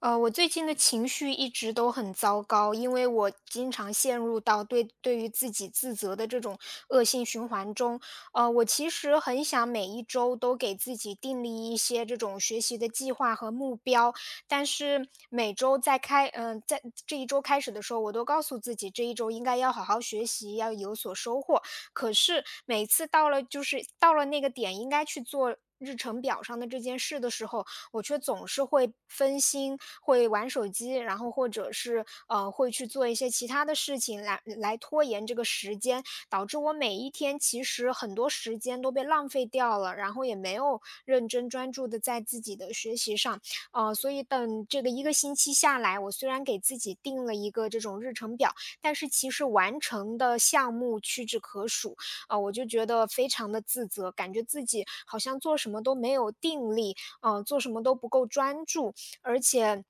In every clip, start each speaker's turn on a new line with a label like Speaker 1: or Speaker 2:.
Speaker 1: 我最近的情绪一直都很糟糕，因为我经常陷入到对于自己自责的这种恶性循环中。我其实很想每一周都给自己订立一些这种学习的计划和目标，但是每周在开，在这一周开始的时候，我都告诉自己这一周应该要好好学习，要有所收获。可是每次到了那个点，应该去做日程表上的这件事的时候，我却总是会分心，会玩手机，然后或者是会去做一些其他的事情来拖延这个时间，导致我每一天其实很多时间都被浪费掉了，然后也没有认真专注的在自己的学习上。所以等这个一个星期下来，我虽然给自己定了一个这种日程表，但是其实完成的项目屈指可数，我就觉得非常的自责，感觉自己好像做什么都没有定力，做什么都不够专注，而且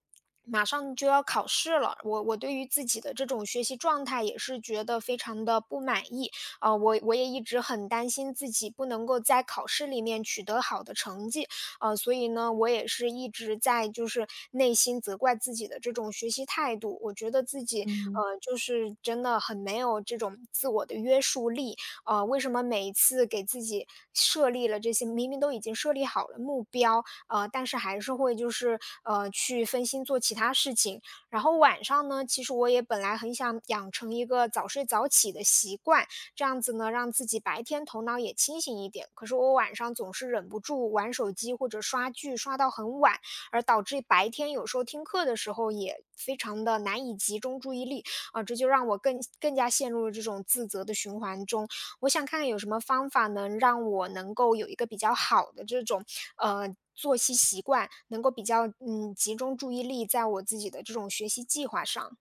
Speaker 1: 马上就要考试了，我对于自己的这种学习状态也是觉得非常的不满意。啊。我也一直很担心自己不能够在考试里面取得好的成绩，啊，所以呢，我也是一直在内心责怪自己的这种学习态度。我觉得自己，
Speaker 2: 嗯哼。
Speaker 1: 就是真的很没有这种自我的约束力，啊。为什么每一次给自己设立了这些，明明都已经设立好了目标，但是还是会去分心做其他事情。然后晚上呢，其实我也本来很想养成一个早睡早起的习惯，这样子呢，让自己白天头脑也清醒一点。可是我晚上总是忍不住玩手机或者刷剧，刷到很晚，而导致白天有时候听课的时候也非常的难以集中注意力。这就让我更加陷入了这种自责的循环中。我想看看有什么方法能让我能够有一个比较好的这种，作息习惯，能够比较，集中注意力在我自己的这种学习计划上。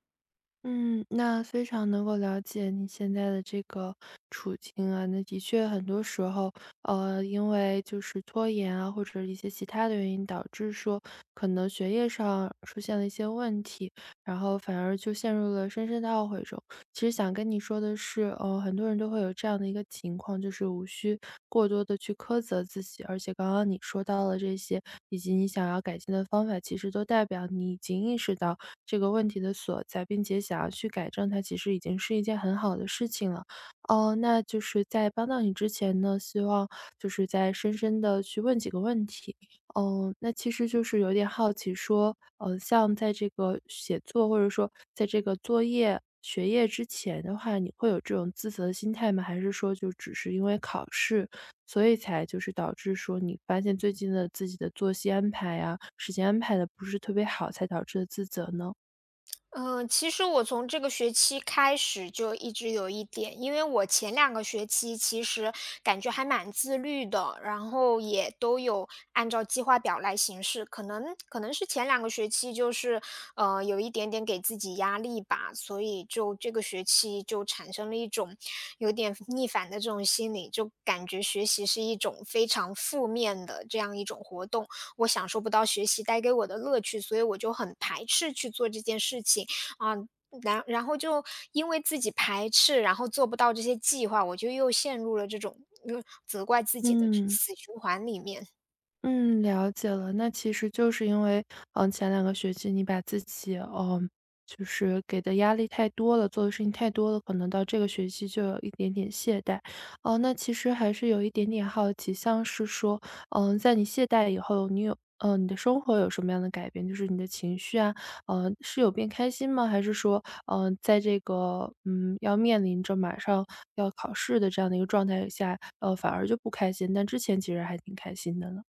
Speaker 2: 嗯，那非常能够了解你现在的这个处境啊。那的确，很多时候，因为就是拖延啊，或者一些其他的原因，导致说可能学业上出现了一些问题，然后反而就陷入了深深的懊悔中。其实想跟你说的是，很多人都会有这样的一个情况，就是无需过多的去苛责自己。而且刚刚你说到了这些，以及你想要改进的方法，其实都代表你已经意识到这个问题的所在，并且想要去改正它，其实已经是一件很好的事情了。哦、那就是在帮到你之前呢，希望就是再深深的去问几个问题。哦，那其实就是有点好奇说，像在这个写作或者说在这个作业、学业之前的话，你会有这种自责的心态吗？还是说就只是因为考试，所以才就是导致说你发现最近的自己的作息安排啊，时间安排的不是特别好，才导致的自责呢？
Speaker 1: 其实我从这个学期开始就一直有一点，因为我前两个学期其实感觉还蛮自律的，然后也都有按照计划表来行事。可能是前两个学期有一点点给自己压力吧，所以就这个学期就产生了一种有点逆反的这种心理，就感觉学习是一种非常负面的这样一种活动。我享受不到学习带给我的乐趣，所以我就很排斥去做这件事情啊。然后就因为自己排斥，然后做不到这些计划，我就又陷入了这种责怪自己的
Speaker 2: 嗯。
Speaker 1: 死循环里面。
Speaker 2: 嗯，了解了。那其实就是因为，前两个学期你把自己，就是给的压力太多了，做的事情太多了，可能到这个学期就有一点点懈怠。哦，那其实还是有一点点好奇，像是说，在你懈怠以后，你有，你的生活有什么样的改变？就是你的情绪啊，是有变开心吗？还是说，嗯、在这个，要面临着马上要考试的这样的一个状态下，反而就不开心？但之前其实还挺开心的呢。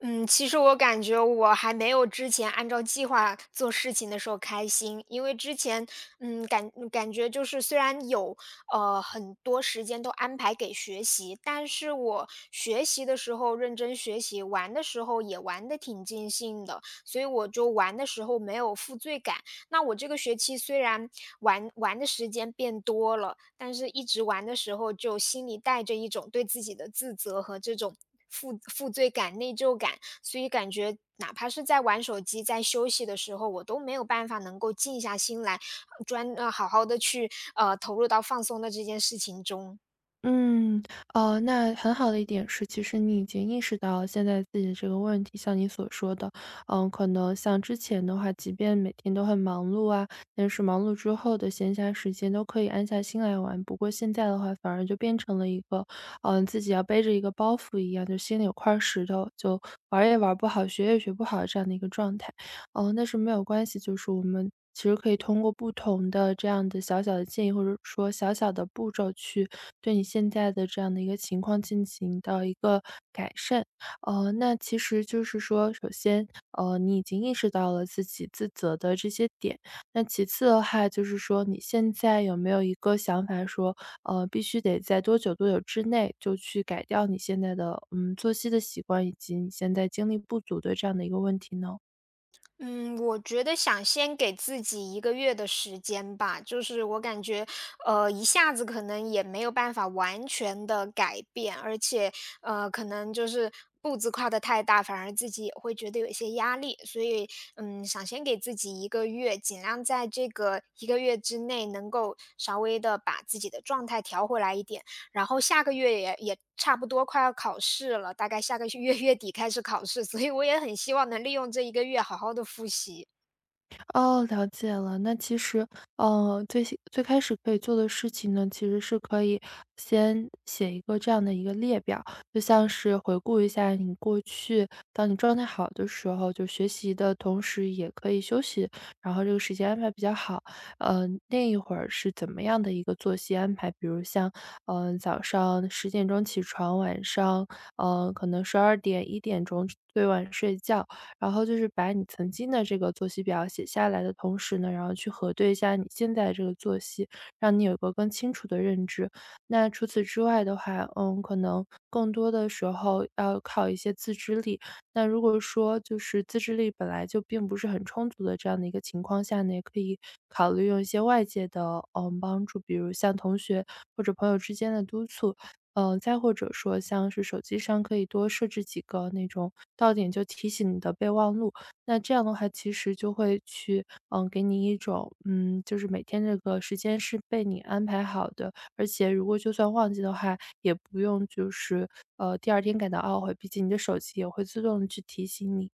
Speaker 1: 嗯，其实我感觉我还没有之前按照计划做事情的时候开心。因为之前，嗯，感觉就是虽然有很多时间都安排给学习，但是我学习的时候认真学习，玩的时候也玩的挺尽兴的，所以我就玩的时候没有负罪感。那我这个学期虽然玩的时间变多了，但是一直玩的时候就心里带着一种对自己的自责和这种负罪感、内疚感，所以感觉哪怕是在玩手机、在休息的时候，我都没有办法能够静下心来，好好的去投入到放松的这件事情中。
Speaker 2: 嗯。哦，那很好的一点是，其实你已经意识到现在自己的这个问题，像你所说的，可能像之前的话，即便每天都很忙碌啊，但是忙碌之后的闲暇时间都可以安下心来玩。不过现在的话，反而就变成了一个，自己要背着一个包袱一样，就心里有块石头，就玩儿也玩儿不好，学也学不好这样的一个状态。哦，那是没有关系，就是我们其实可以通过不同的这样的小小的建议，或者说小小的步骤，去对你现在的这样的一个情况进行到一个改善。那其实就是说，首先，你已经意识到了自己自责的这些点，那其次的话，就是说你现在有没有一个想法说，必须得在多久多久之内就去改掉你现在的作息的习惯，以及你现在精力不足的这样的一个问题呢？
Speaker 1: 嗯，我觉得想先给自己一个月的时间吧。就是我感觉，一下子可能也没有办法完全的改变，而且，可能就是步子跨得太大，反而自己也会觉得有一些压力。所以，嗯，想先给自己一个月，尽量在这个一个月之内能够稍微的把自己的状态调回来一点。然后下个月也差不多快要考试了，大概下个月月底开始考试，所以我也很希望能利用这一个月好好的复习。
Speaker 2: 哦，了解了。那其实，最先最开始可以做的事情呢，其实是可以先写一个这样的一个列表，就像是回顾一下你过去，当你状态好的时候，就学习的同时也可以休息，然后这个时间安排比较好。嗯，那一会儿是怎么样的一个作息安排？比如像，嗯，早上10点钟起床，晚上，嗯，可能12点、1点钟最晚睡觉。然后就是把你曾经的这个作息表写下来的同时呢，然后去核对一下你现在这个作息，让你有个更清楚的认知。那除此之外的话，可能更多的时候要靠一些自制力。那如果说就是自制力本来就并不是很充足的这样的一个情况下呢，也可以考虑用一些外界的帮助，比如像同学或者朋友之间的督促，再或者说像是手机上可以多设置几个那种到点就提醒你的备忘录，那这样的话其实就会去，嗯，给你一种，就是每天这个时间是被你安排好的，而且如果就算忘记的话，也不用就是，第二天感到懊悔，毕竟你的手机也会自动地去提醒你。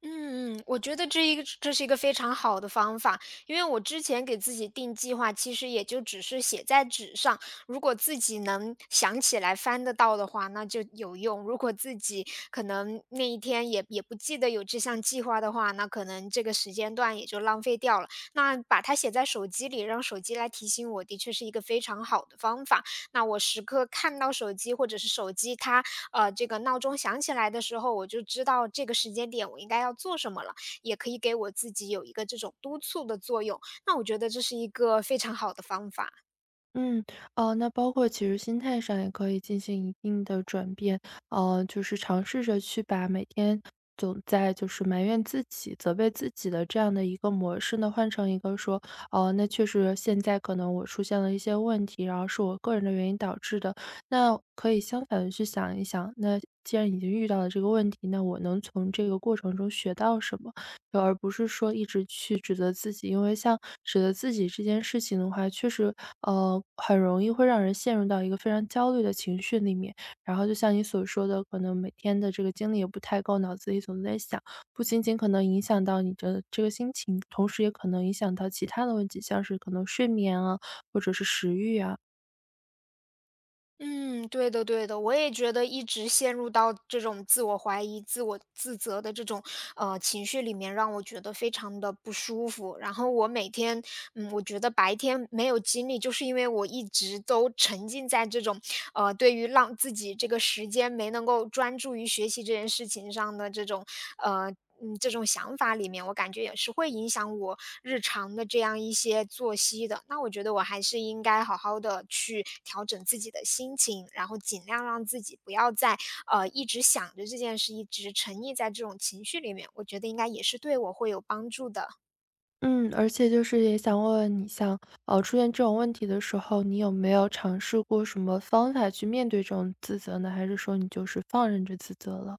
Speaker 1: 嗯嗯，我觉得这是一个非常好的方法。因为我之前给自己定计划，其实也就只是写在纸上，如果自己能想起来翻得到的话，那就有用；如果自己可能那一天也不记得有这项计划的话，那可能这个时间段也就浪费掉了。那把它写在手机里，让手机来提醒我，的确是一个非常好的方法。那我时刻看到手机，或者是手机它这个闹钟响起来的时候，我就知道这个时间点我应该要做什么了，也可以给我自己有一个这种督促的作用。那我觉得这是一个非常好的方法。
Speaker 2: 嗯。哦，那包括其实心态上也可以进行一定的转变，就是尝试着去把每天总在就是埋怨自己、责备自己的这样的一个模式呢，换成一个说，哦、那确实现在可能我出现了一些问题，然后是我个人的原因导致的，那可以相反的去想一想，那既然已经遇到了这个问题，那我能从这个过程中学到什么？对，而不是说一直去指责自己。因为像指责自己这件事情的话，确实，很容易会让人陷入到一个非常焦虑的情绪里面。然后就像你所说的，可能每天的这个精力也不太够，脑子里总在想，不仅仅可能影响到你的这个心情，同时也可能影响到其他的问题，像是可能睡眠啊，或者是食欲啊。
Speaker 1: 嗯，对的对的，我也觉得一直陷入到这种自我怀疑、自我自责的这种情绪里面，让我觉得非常的不舒服。然后我每天，嗯，我觉得白天没有精力，就是因为我一直都沉浸在这种对于让自己这个时间没能够专注于学习这件事情上的呃这种想法里面，我感觉也是会影响我日常的这样一些作息的。那我觉得我还是应该好好的去调整自己的心情，然后尽量让自己不要再，一直想着这件事，一直沉溺在这种情绪里面，我觉得应该也是对我会有帮助的。
Speaker 2: 嗯，而且就是也想问问你像，出现这种问题的时候，你有没有尝试过什么方法去面对这种自责呢？还是说你就是放任着自责了？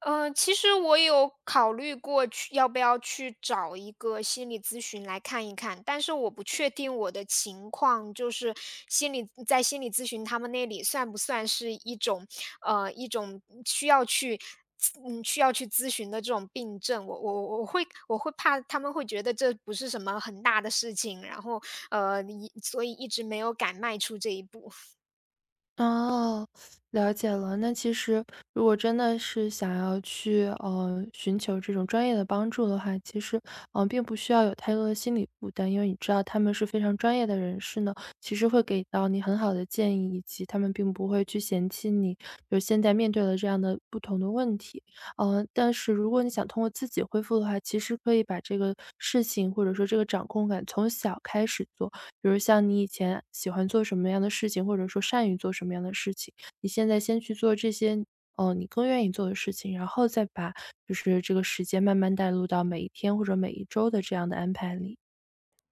Speaker 1: 其实我有考虑过去要不要去找一个心理咨询来看一看，但是我不确定我的情况，就是心理咨询他们那里算不算是一种，一种需要去需要去咨询的这种病症。我会怕他们会觉得这不是什么很大的事情，然后，所以一直没有敢迈出这一步。
Speaker 2: 哦，了解了。那其实如果真的是想要去，寻求这种专业的帮助的话，其实嗯，并不需要有太多的心理负担，因为你知道他们是非常专业的人士呢，其实会给到你很好的建议，以及他们并不会去嫌弃你，就现在面对了这样的不同的问题。但是如果你想通过自己恢复的话，其实可以把这个事情或者说这个掌控感从小开始做，比如像你以前喜欢做什么样的事情，或者说善于做什么样的事情，你现在先去做这些，哦，你更愿意做的事情，然后再把就是这个时间慢慢带入到每一天或者每一周的这样的安排里。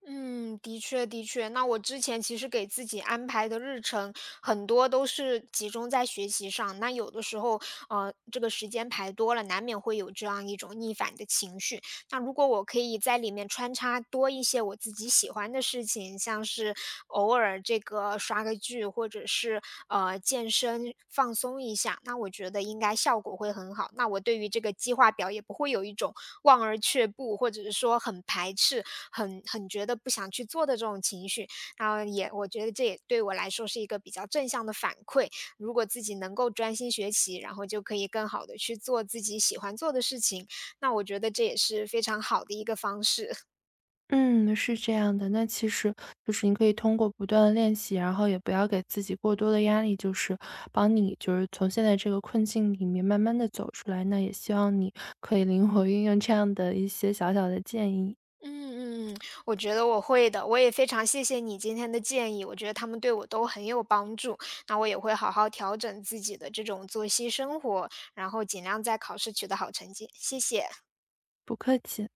Speaker 1: 嗯，的确的确。那我之前其实给自己安排的日程很多都是集中在学习上，那有的时候，这个时间排多了，难免会有这样一种逆反的情绪。那如果我可以在里面穿插多一些我自己喜欢的事情，像是偶尔这个刷个剧，或者是健身放松一下，那我觉得应该效果会很好。那我对于这个计划表也不会有一种望而却步，或者是说很排斥，很觉得不想去做的这种情绪。然后也我觉得这也对我来说是一个比较正向的反馈。如果自己能够专心学习，然后就可以更好的去做自己喜欢做的事情，那我觉得这也是非常好的一个方式。
Speaker 2: 嗯，是这样的。那其实就是你可以通过不断的练习，然后也不要给自己过多的压力，就是帮你就是从现在这个困境里面慢慢的走出来。那也希望你可以 灵活运用这样的一些小小的建议。
Speaker 1: 嗯嗯嗯，我觉得我会的。我也非常谢谢你今天的建议，我觉得他们对我都很有帮助。那我也会好好调整自己的这种作息生活，然后尽量在考试取得好成绩。谢谢。
Speaker 2: 不客气。